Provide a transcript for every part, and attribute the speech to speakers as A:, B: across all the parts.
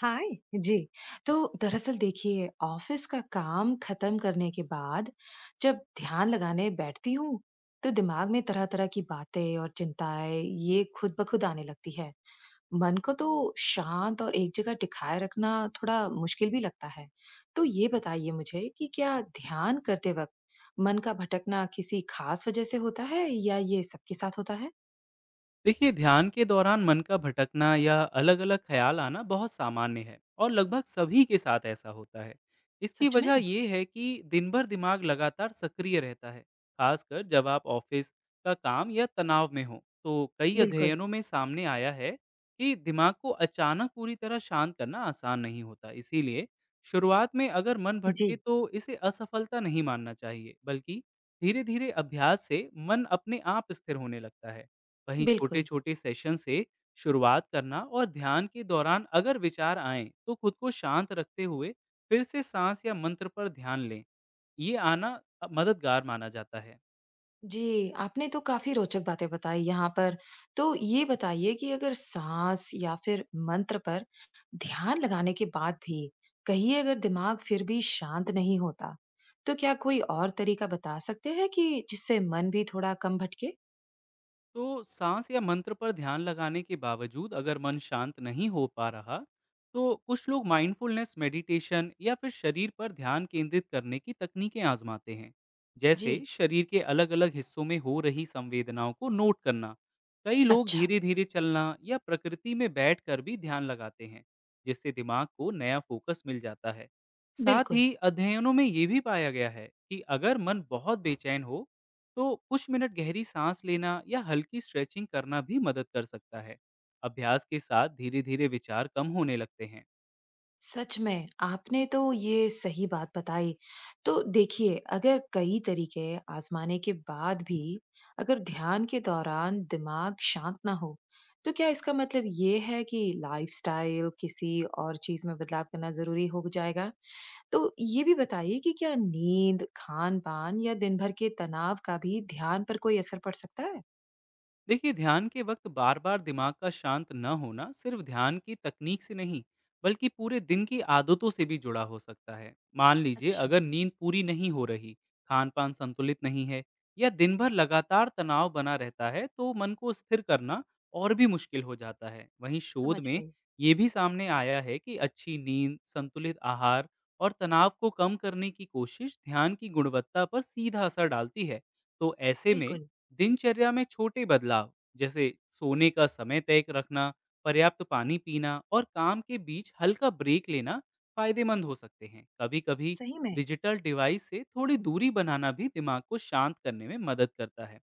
A: हाय। जी। तो दरअसल देखिए ऑफिस का काम खत्म करने के बाद जब ध्यान लगाने बैठती हूँ, तो दिमाग में तरह तरह की बातें और चिंताएं ये खुद ब खुद आने लगती है। मन को तो शांत और एक जगह टिकाए रखना थोड़ा मुश्किल भी लगता है। तो ये बताइए मुझे कि क्या ध्यान करते वक्त मन का भटकना किसी खास वजह से होता है या ये सबके साथ होता है?
B: देखिए ध्यान के दौरान मन का भटकना या अलग अलग ख्याल आना बहुत सामान्य है और लगभग सभी के साथ ऐसा होता है इसकी
A: सच में।
B: वजह यह है कि दिन भर दिमाग लगातार सक्रिय रहता है खासकर जब आप ऑफिस का काम या तनाव में हो तो कई
A: बिल्कुल।
B: अध्ययनों में सामने आया है कि दिमाग को अचानक पूरी तरह शांत करना आसान नहीं होता इसीलिए शुरुआत में अगर मन
A: जी।
B: भटके तो इसे असफलता नहीं मानना चाहिए बल्कि धीरे धीरे अभ्यास से मन अपने आप स्थिर होने लगता है वहीं
A: बिल्कुल।
B: छोटे-छोटे सेशन से शुरुआत करना और ध्यान के दौरान अगर विचार आएं, तो खुद को शांत रखते हुए फिर से सांस या मंत्र पर ध्यान लें। ये आना मददगार माना जाता है।
A: जी, आपने तो काफ़ी रोचक बातें बताई यहाँ पर। तो ये बताइए कि अगर साँस या फिर मंत्र पर ध्यान लगाने के बाद भी कहीं अगर दिमाग फिर भी शांत नहीं होता, तो क्या कोई और तरीका बता सकते हैं कि जिससे मन भी थोड़ा कम भटके?
B: तो सांस या मंत्र पर ध्यान लगाने के बावजूद अगर मन शांत नहीं हो पा रहा, तो कुछ लोग माइंडफुलनेस मेडिटेशन या फिर शरीर पर ध्यान केंद्रित करने की तकनीकें आजमाते हैं, जैसे
A: जी।
B: शरीर के अलग-अलग हिस्सों में हो रही संवेदनाओं को नोट करना। कई लोग
A: अच्छा।
B: धीरे-धीरे चलना या प्रकृति में बैठकर भी ध्यान लगाते हैं, जिससे दिमाग को नया फोकस मिल जाता है। साथ
A: बिल्कुल।
B: ही अध्ययनों में ये भी पाया गया है कि अगर मन बहुत बेचैन हो तो कुछ मिनट गहरी सांस लेना या हल्की स्ट्रेचिंग करना भी मदद कर सकता है। अभ्यास के साथ धीरे धीरे विचार कम होने लगते हैं।
A: सच में आपने तो ये सही बात बताई। तो देखिए अगर कई तरीके आजमाने के बाद भी अगर ध्यान के दौरान दिमाग शांत ना हो, तो क्या इसका मतलब ये है कि लाइफस्टाइल किसी और चीज में बदलाव करना जरूरी हो जाएगा? तो ये भी बताइए कि क्या नींद खान पान या दिन भर के तनाव का भी ध्यान पर कोई असर पड़ सकता है?
B: देखिए ध्यान के वक्त बार बार दिमाग का शांत न होना सिर्फ ध्यान की तकनीक से नहीं बल्कि पूरे दिन की आदतों से भी जुड़ा हो सकता है। मान लीजिए
A: अच्छा।
B: अगर नींद पूरी नहीं हो रही, खान पान संतुलित नहीं है या दिन भर लगातार तनाव बना रहता है तो मन को स्थिर करना और भी मुश्किल हो जाता है। वहीं शोध
A: समझ
B: में
A: गई।
B: ये भी सामने आया है कि अच्छी नींद, संतुलित आहार और तनाव को कम करने की कोशिश ध्यान की गुणवत्ता पर सीधा असर डालती है। तो ऐसे में
A: बिल्कुल।
B: दिनचर्या में छोटे बदलाव, जैसे सोने का समय तय रखना, पर्याप्त पानी पीना और काम के बीच हल्का ब्रेक लेना फायदेमंद हो सकते हैं। कभी-कभी
A: सही में।
B: डिजिटल डिवाइस से थोड़ी दूरी बनाना भी दिमाग को शांत करने में मदद करता है।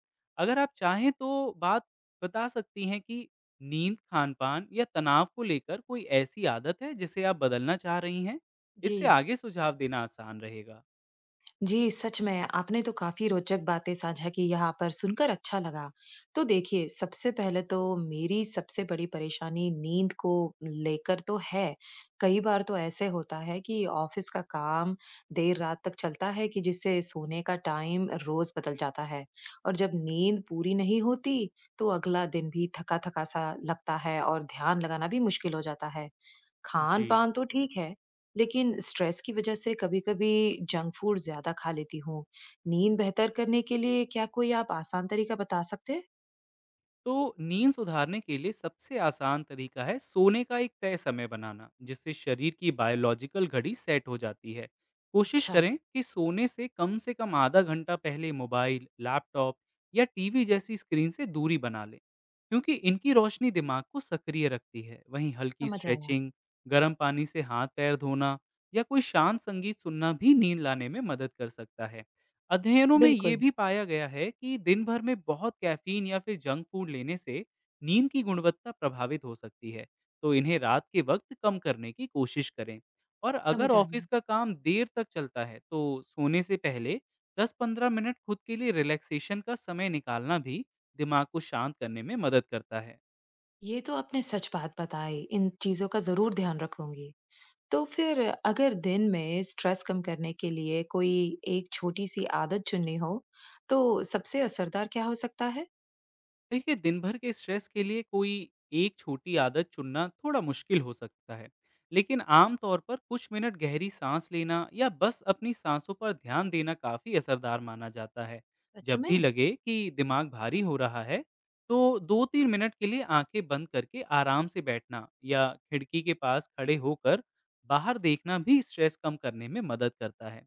B: अगर आप चाहें तो बात बता सकती हैं कि नींद, खान-पान या तनाव को लेकर कोई ऐसी आदत है जिसे आप बदलना चाह रही हैं?
A: जी।
B: इससे आगे सुझाव देना आसान रहेगा।
A: जी, सच में आपने तो काफ़ी रोचक बातें साझा की यहाँ पर, सुनकर अच्छा लगा। तो देखिए, सबसे पहले तो मेरी सबसे बड़ी परेशानी नींद को लेकर तो है। कई बार तो ऐसे होता है कि ऑफ़िस का काम देर रात तक चलता है कि जिससे सोने का टाइम रोज़ बदल जाता है। और जब नींद पूरी नहीं होती, तो अगला दिन भी थका-थका सा लगता है और ध्यान लगाना भी मुश्किल हो जाता है।
B: जी।
A: खान-पान तो ठीक है, लेकिन स्ट्रेस की वज़ह से कभी-कभी जंक फूड ज़्यादा खा लेती हूँ। नींद बेहतर करने के लिए क्या कोई आप आसान तरीका बता सकते हैं?
B: तो नींद सुधारने के लिए सबसे आसान तरीका है सोने का एक तय समय बनाना, जिससे शरीर की बायोलॉजिकल घड़ी सेट हो जाती है। कोशिश
A: अच्छा।
B: करें कि सोने से कम आधा घंटा पहले मोबाइल, लैपटॉप या टीवी जैसी स्क्रीन से दूरी बना लें, क्योंकि इनकी रोशनी दिमाग को सक्रिय रखती है। वहीं हल्की
A: समझ आया।
B: स्ट्रेचिंग, गर्म पानी से हाथ पैर धोना या कोई शांत संगीत सुनना भी नींद लाने में मदद कर सकता है। अध्ययनों में ये
A: बिल्कुल।
B: भी पाया गया है कि दिन भर में बहुत कैफीन या फिर जंक फूड लेने से नींद की गुणवत्ता प्रभावित हो सकती है, तो इन्हें रात के वक्त कम करने की कोशिश करें। और अगर
A: समझ
B: ऑफिस
A: आया।
B: का काम देर तक चलता है तो सोने से पहले 10-15 मिनट खुद के लिए रिलैक्सेशन का समय निकालना भी दिमाग को शांत करने में मदद करता है।
A: ये तो आपने सच बात बताई। इन चीज़ों का ज़रूर ध्यान रखूँगी। तो फिर अगर दिन में स्ट्रेस कम करने के लिए कोई एक छोटी-सी आदत चुननी हो, तो सबसे असरदार क्या हो सकता है?
B: देखिए दिन भर के स्ट्रेस के लिए कोई एक छोटी आदत चुनना थोड़ा मुश्किल हो सकता है, लेकिन आम तौर पर कुछ मिनट गहरी सांस लेना या बस अपनी सांसों पर ध्यान देना काफ़ी असरदार माना जाता है।
A: सच
B: जब
A: में?
B: भी लगे कि दिमाग भारी हो रहा है तो दो तीन मिनट के लिए आंखें बंद करके आराम से बैठना या खिड़की के पास खड़े होकर बाहर देखना भी स्ट्रेस कम करने में मदद करता है।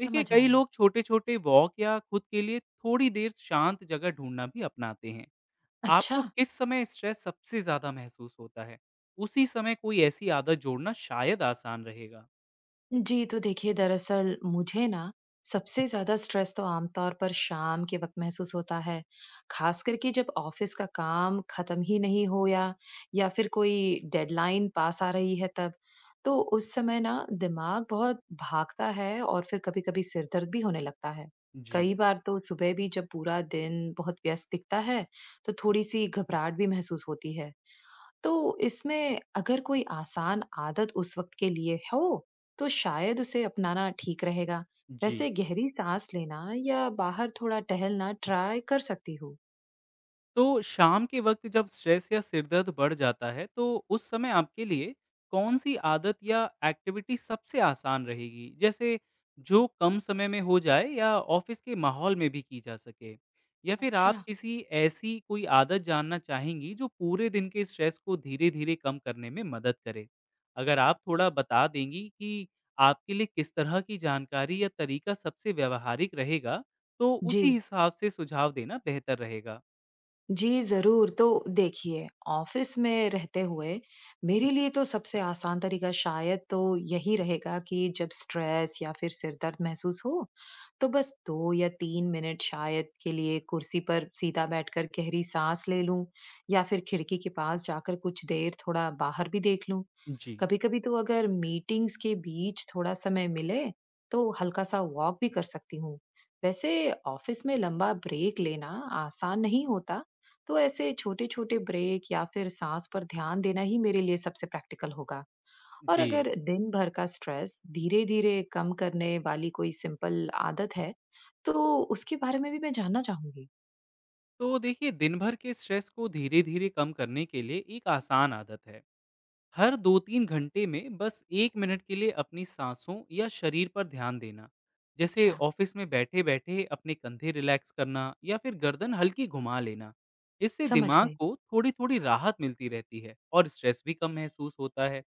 B: देखिए
A: समझ
B: कई
A: आया।
B: लोग छोटे छोटे वॉक या खुद के लिए थोड़ी देर शांत जगह ढूंढना भी अपनाते हैं।
A: अच्छा।
B: आपको किस समय स्ट्रेस सबसे ज़्यादा महसूस होता है? उसी समय कोई ऐसी आदत जोड़ना शायद आसान रहेगा।
A: जी, तो देखिए दरअसल मुझे ना सबसे ज़्यादा स्ट्रेस तो आमतौर पर शाम के वक़्त महसूस होता है, ख़ास करके जब ऑफ़िस का काम ख़त्म ही नहीं हो या फिर कोई डेडलाइन पास आ रही है तब। तो उस समय ना दिमाग बहुत भागता है और फिर कभी-कभी सिर दर्द भी होने लगता है।
B: जी,
A: कई बार तो सुबह भी जब पूरा दिन बहुत व्यस्त दिखता है, तो थोड़ी-सी घबराहट भी महसूस होती है। तो इसमें अगर कोई आसान आदत उस वक्त के लिए हो तो शायद उसे अपनाना ठीक रहेगा।
B: जी।
A: वैसे गहरी सांस लेना या बाहर थोड़ा टहलना ट्राई कर सकती हूँ।
B: तो शाम के वक्त जब स्ट्रेस या सिरदर्द बढ़ जाता है तो उस समय आपके लिए कौन सी आदत या एक्टिविटी सबसे आसान रहेगी, जैसे जो कम समय में हो जाए या ऑफिस के माहौल में भी की जा सके, या फिर
A: अच्छा।
B: आप किसी ऐसी कोई आदत जानना चाहेंगी जो पूरे दिन के स्ट्रेस को धीरे धीरे कम करने में मदद करे। अगर आप थोड़ा बता देंगी कि आपके लिए किस तरह की जानकारी या तरीका सबसे व्यवहारिक रहेगा, तो
A: जी।
B: उसी हिसाब से सुझाव देना बेहतर रहेगा।
A: जी, ज़रूर। तो देखिए, ऑफ़िस में रहते हुए मेरे लिए तो सबसे आसान तरीका शायद तो यही रहेगा कि जब स्ट्रेस या फिर सिर दर्द महसूस हो, तो बस 2 या 3 मिनट शायद के लिए कुर्सी पर सीधा बैठकर गहरी साँस ले लूँ या फिर खिड़की के पास जाकर कुछ देर थोड़ा बाहर भी देख लूँ।
B: जी,
A: कभी-कभी तो अगर मीटिंग्स के बीच थोड़ा समय मिले, तो हल्का-सा वॉक भी कर सकती हूँ। वैसे ऑफ़िस में लंबा ब्रेक लेना आसान नहीं होता, तो ऐसे छोटे-छोटे ब्रेक या फिर सांस पर ध्यान देना ही मेरे लिए सबसे प्रैक्टिकल होगा। और
B: जी।
A: अगर दिन भर का स्ट्रेस धीरे-धीरे कम करने वाली कोई सिंपल आदत है, तो उसके बारे में भी मैं जानना चाहूंगी।
B: तो देखिए, दिन भर के स्ट्रेस को धीरे-धीरे कम करने के लिए एक आसान आदत है। हर 2-3 घंटे में बस 1 मिनट के लिए अपनी साँसों या शरीर पर ध्यान देना। जैसे
A: अच्छा।
B: ऑफ़िस में बैठे-बैठे अपने कंधे रिलैक्स करना या फिर गर्दन हल्की घुमा लेना। इससे
A: समझ
B: दिमाग
A: गई।
B: को थोड़ी-थोड़ी राहत मिलती रहती है और स्ट्रेस भी कम महसूस होता है।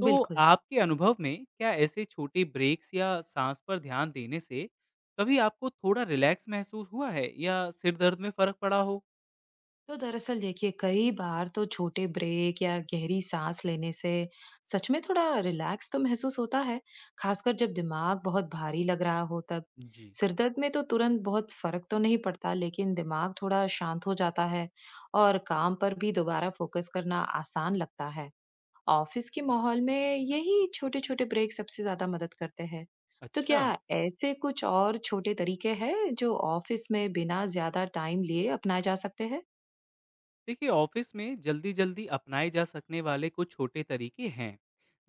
B: तो
A: बिल्कुल।
B: आपके अनुभव में क्या ऐसे छोटे ब्रेक्स या साँस पर ध्यान देने से कभी आपको थोड़ा रिलैक्स महसूस हुआ है या सिर दर्द में फ़र्क पड़ा हो?
A: तो दरअसल देखिए कई बार तो छोटे ब्रेक या गहरी सांस लेने से सच में थोड़ा रिलैक्स तो महसूस होता है, खासकर जब दिमाग बहुत भारी लग रहा हो तब।
B: जी।
A: सिर दर्द में तो तुरंत बहुत फर्क तो नहीं पड़ता, लेकिन दिमाग थोड़ा शांत हो जाता है और काम पर भी दोबारा फोकस करना आसान लगता है। ऑफिस के माहौल में यही छोटे छोटे ब्रेक सबसे ज्यादा मदद करते हैं। तो
B: अच्छा।
A: क्या ऐसे कुछ और छोटे तरीके हैं जो ऑफिस में बिना ज्यादा टाइम लिए अपनाए जा सकते हैं?
B: देखिए ऑफिस में जल्दी जल्दी अपनाए जा सकने वाले कुछ छोटे तरीके हैं,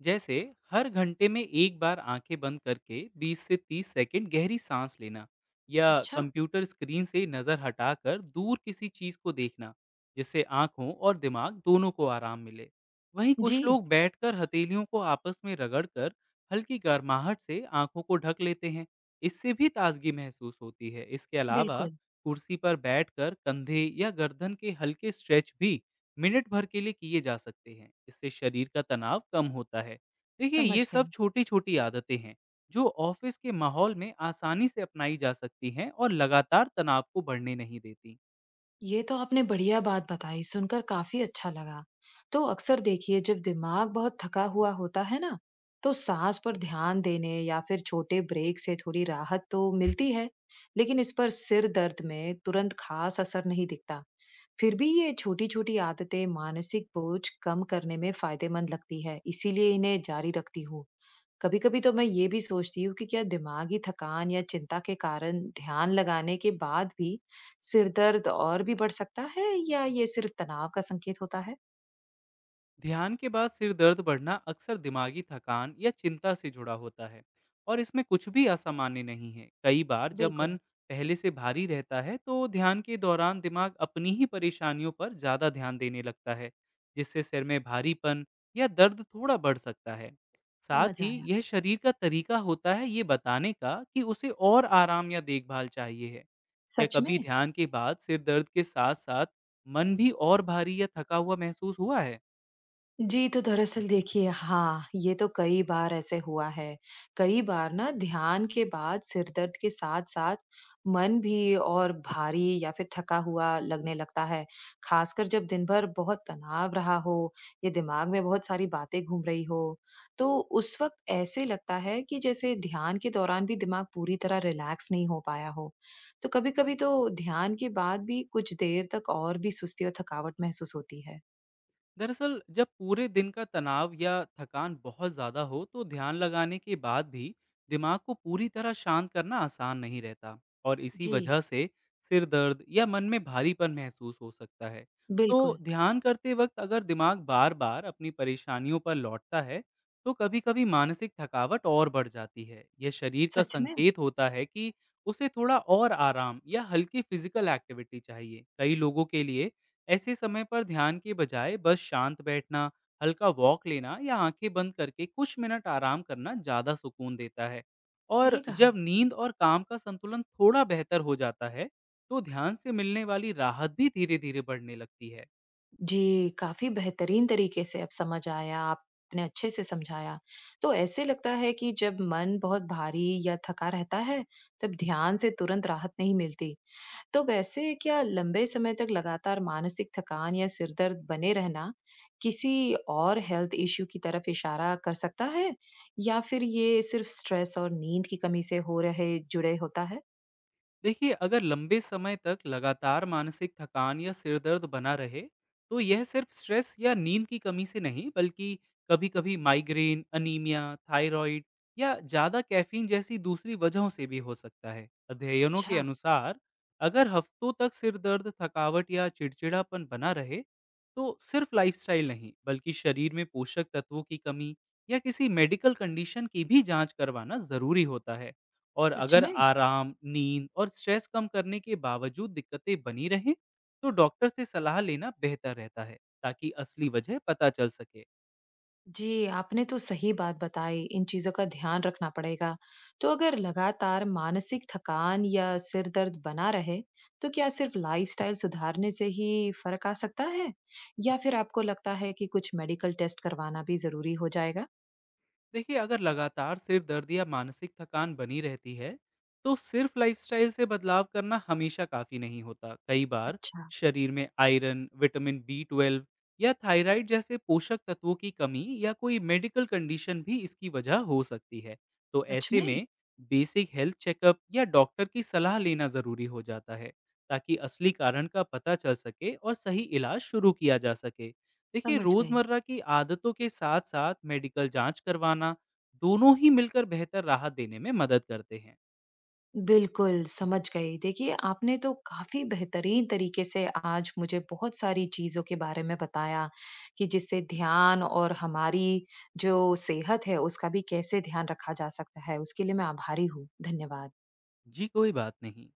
B: जैसे हर घंटे में एक बार आंखें बंद करके 20 से 30 सेकंड गहरी सांस लेना, या
A: अच्छा।
B: कंप्यूटर स्क्रीन से नज़र हटाकर दूर किसी चीज़ को देखना, जिससे आंखों और दिमाग दोनों को आराम मिले। वहीं कुछ
A: जी।
B: लोग बैठकर हथेलियों को आपस में रगड़कर हल्की गर्माहट से आंखों को ढक लेते हैं, इससे भी ताजगी महसूस होती है। इसके अलावा
A: बिल्कुल।
B: कुर्सी पर बैठकर कंधे या गर्दन के हल्के स्ट्रेच भी मिनट भर के लिए किए जा सकते हैं, इससे शरीर का तनाव कम होता है। देखिए
A: समझ
B: ये सब
A: गई।
B: छोटी छोटी आदतें हैं जो ऑफिस के माहौल में आसानी से अपनाई जा सकती हैं और लगातार तनाव को बढ़ने नहीं देती।
A: ये तो आपने बढ़िया बात बताई, सुनकर काफ़ी अच्छा लगा। तो अक्सर देखिए जब दिमाग बहुत थका हुआ होता है ना, तो साँस पर ध्यान देने या फिर छोटे ब्रेक से थोड़ी राहत तो मिलती है, लेकिन इस पर सिर दर्द में तुरंत खास असर नहीं दिखता। फिर भी ये छोटी-छोटी आदतें मानसिक बोझ कम करने में फ़ायदेमंद लगती है, इसीलिए इन्हें जारी रखती हूँ। कभी कभी तो मैं ये भी सोचती हूँ कि क्या दिमागी थकान या चिंता के कारण ध्यान लगाने के बाद भी सिर दर्द और भी बढ़ सकता है या ये सिर्फ तनाव का संकेत होता है?
B: ध्यान के बाद सिर दर्द बढ़ना अक्सर दिमागी थकान या चिंता से जुड़ा होता है और इसमें कुछ भी असामान्य नहीं है। कई बार जब
A: बिल्कुल।
B: मन पहले से भारी रहता है तो ध्यान के दौरान दिमाग अपनी ही परेशानियों पर ज़्यादा ध्यान देने लगता है, जिससे सिर में भारीपन या दर्द थोड़ा बढ़ सकता है। साथ
A: समझ
B: ही
A: आया।
B: यह शरीर का तरीका होता है ये बताने का कि उसे और आराम या देखभाल चाहिए है। या
A: सच
B: कभी
A: में।
B: ध्यान के बाद सिर दर्द के साथ साथ मन भी और भारी या थका हुआ महसूस हुआ है?
A: जी, तो दरअसल देखिए हाँ, ये तो कई बार ऐसे हुआ है। कई बार ना ध्यान के बाद सिर दर्द के साथ-साथ मन भी और भारी या फिर थका हुआ लगने लगता है। खासकर जब दिन भर बहुत तनाव रहा हो, या दिमाग में बहुत सारी बातें घूम रही हो। तो उस वक़्त ऐसे लगता है कि जैसे ध्यान के दौरान भी दिमाग पूरी तरह रिलैक्स नहीं हो पाया हो। तो कभी-कभी तो ध्यान के बाद भी कुछ देर तक और भी सुस्ती और थकावट महसूस होती है।
B: दरअसल जब पूरे दिन का तनाव या थकान बहुत ज़्यादा हो तो ध्यान लगाने के बाद भी दिमाग को पूरी तरह शांत करना आसान नहीं रहता, और इसी
A: जी।
B: वजह से सिर दर्द या मन में भारीपन महसूस हो सकता है। तो
A: बिल्कुल।
B: ध्यान करते वक्त अगर दिमाग बार बार अपनी परेशानियों पर लौटता है तो कभी कभी मानसिक थकावट और बढ़ जाती है। यह शरीर का
A: सच में?
B: संकेत होता है कि उसे थोड़ा और आराम या हल्की फिजिकल एक्टिविटी चाहिए। कई लोगों के लिए ऐसे समय पर ध्यान के बजाय बस शांत बैठना, हल्का वॉक लेना या आंखें बंद करके कुछ मिनट आराम करना ज़्यादा सुकून देता है।
A: सही
B: और
A: कहा।
B: जब नींद और काम का संतुलन थोड़ा बेहतर हो जाता है, तो ध्यान से मिलने वाली राहत भी धीरे-धीरे बढ़ने लगती है।
A: जी, काफ़ी बेहतरीन तरीके से अब समझ आया, आपने अच्छे से समझाया। तो ऐसे लगता है कि जब मन बहुत भारी या थका रहता है, तब ध्यान से तुरंत राहत नहीं मिलती। तो वैसे क्या लंबे समय तक लगातार मानसिक थकान या सिरदर्द बने रहना, किसी और हेल्थ इश्यू की तरफ इशारा कर सकता है? या फिर ये सिर्फ़ स्ट्रेस और नींद की कमी से हो रहे जुड़े होता है?
B: देखिए अगर लंबे समय तक लगातार मानसिक थकान या सिरदर्द बना रहे तो यह सिर्फ स्ट्रेस या नींद की कमी से नहीं, बल्कि कभी कभी माइग्रेन, अनीमिया, थायराइड या ज़्यादा कैफीन जैसी दूसरी वजहों से भी हो सकता है। अध्ययनों के
A: अच्छा।
B: अनुसार अगर हफ्तों तक सिरदर्द, थकावट या चिड़चिड़ापन बना रहे तो सिर्फ लाइफस्टाइल नहीं, बल्कि शरीर में पोषक तत्वों की कमी या किसी मेडिकल कंडीशन की भी जांच करवाना ज़रूरी होता है। और
A: सच
B: अगर
A: में?
B: आराम, नींद और स्ट्रेस कम करने के बावजूद दिक्कतें बनी रहें, तो डॉक्टर से सलाह लेना बेहतर रहता है, ताकि असली वजह पता चल सके।
A: जी, आपने तो सही बात बताई, इन चीज़ों का ध्यान रखना पड़ेगा। तो अगर लगातार मानसिक थकान या सिर दर्द बना रहे, तो क्या सिर्फ लाइफ़स्टाइल सुधारने से ही फ़र्क आ सकता है? या फिर आपको लगता है कि कुछ मेडिकल टेस्ट करवाना भी ज़रूरी हो जाएगा?
B: देखिए अगर लगातार सिर दर्द या मानसिक थकान बनी रहती है तो सिर्फ लाइफस्टाइल से बदलाव करना हमेशा काफी नहीं होता। कई बार
A: अच्छा।
B: शरीर में आयरन, विटामिन B12 या थायराइड जैसे पोषक तत्वों की कमी या कोई मेडिकल कंडीशन भी इसकी वजह हो सकती है। तो
A: सच
B: ऐसे
A: में?
B: में बेसिक हेल्थ चेकअप या डॉक्टर की सलाह लेना जरूरी हो जाता है, ताकि असली कारण का पता चल सके और सही इलाज शुरू किया जा सके। देखिए
A: समझ गई।
B: रोजमर्रा की आदतों के साथ साथ मेडिकल जांच करवाना दोनों ही मिलकर बेहतर राहत देने में मदद करते हैं।
A: बिल्कुल, समझ गई। देखिए, आपने तो काफ़ी बेहतरीन तरीके से आज मुझे बहुत सारी चीज़ों के बारे में बताया कि जिससे ध्यान और हमारी जो सेहत है, उसका भी कैसे ध्यान रखा जा सकता है। उसके लिए मैं आभारी हूँ। धन्यवाद।
B: जी, कोई बात नहीं।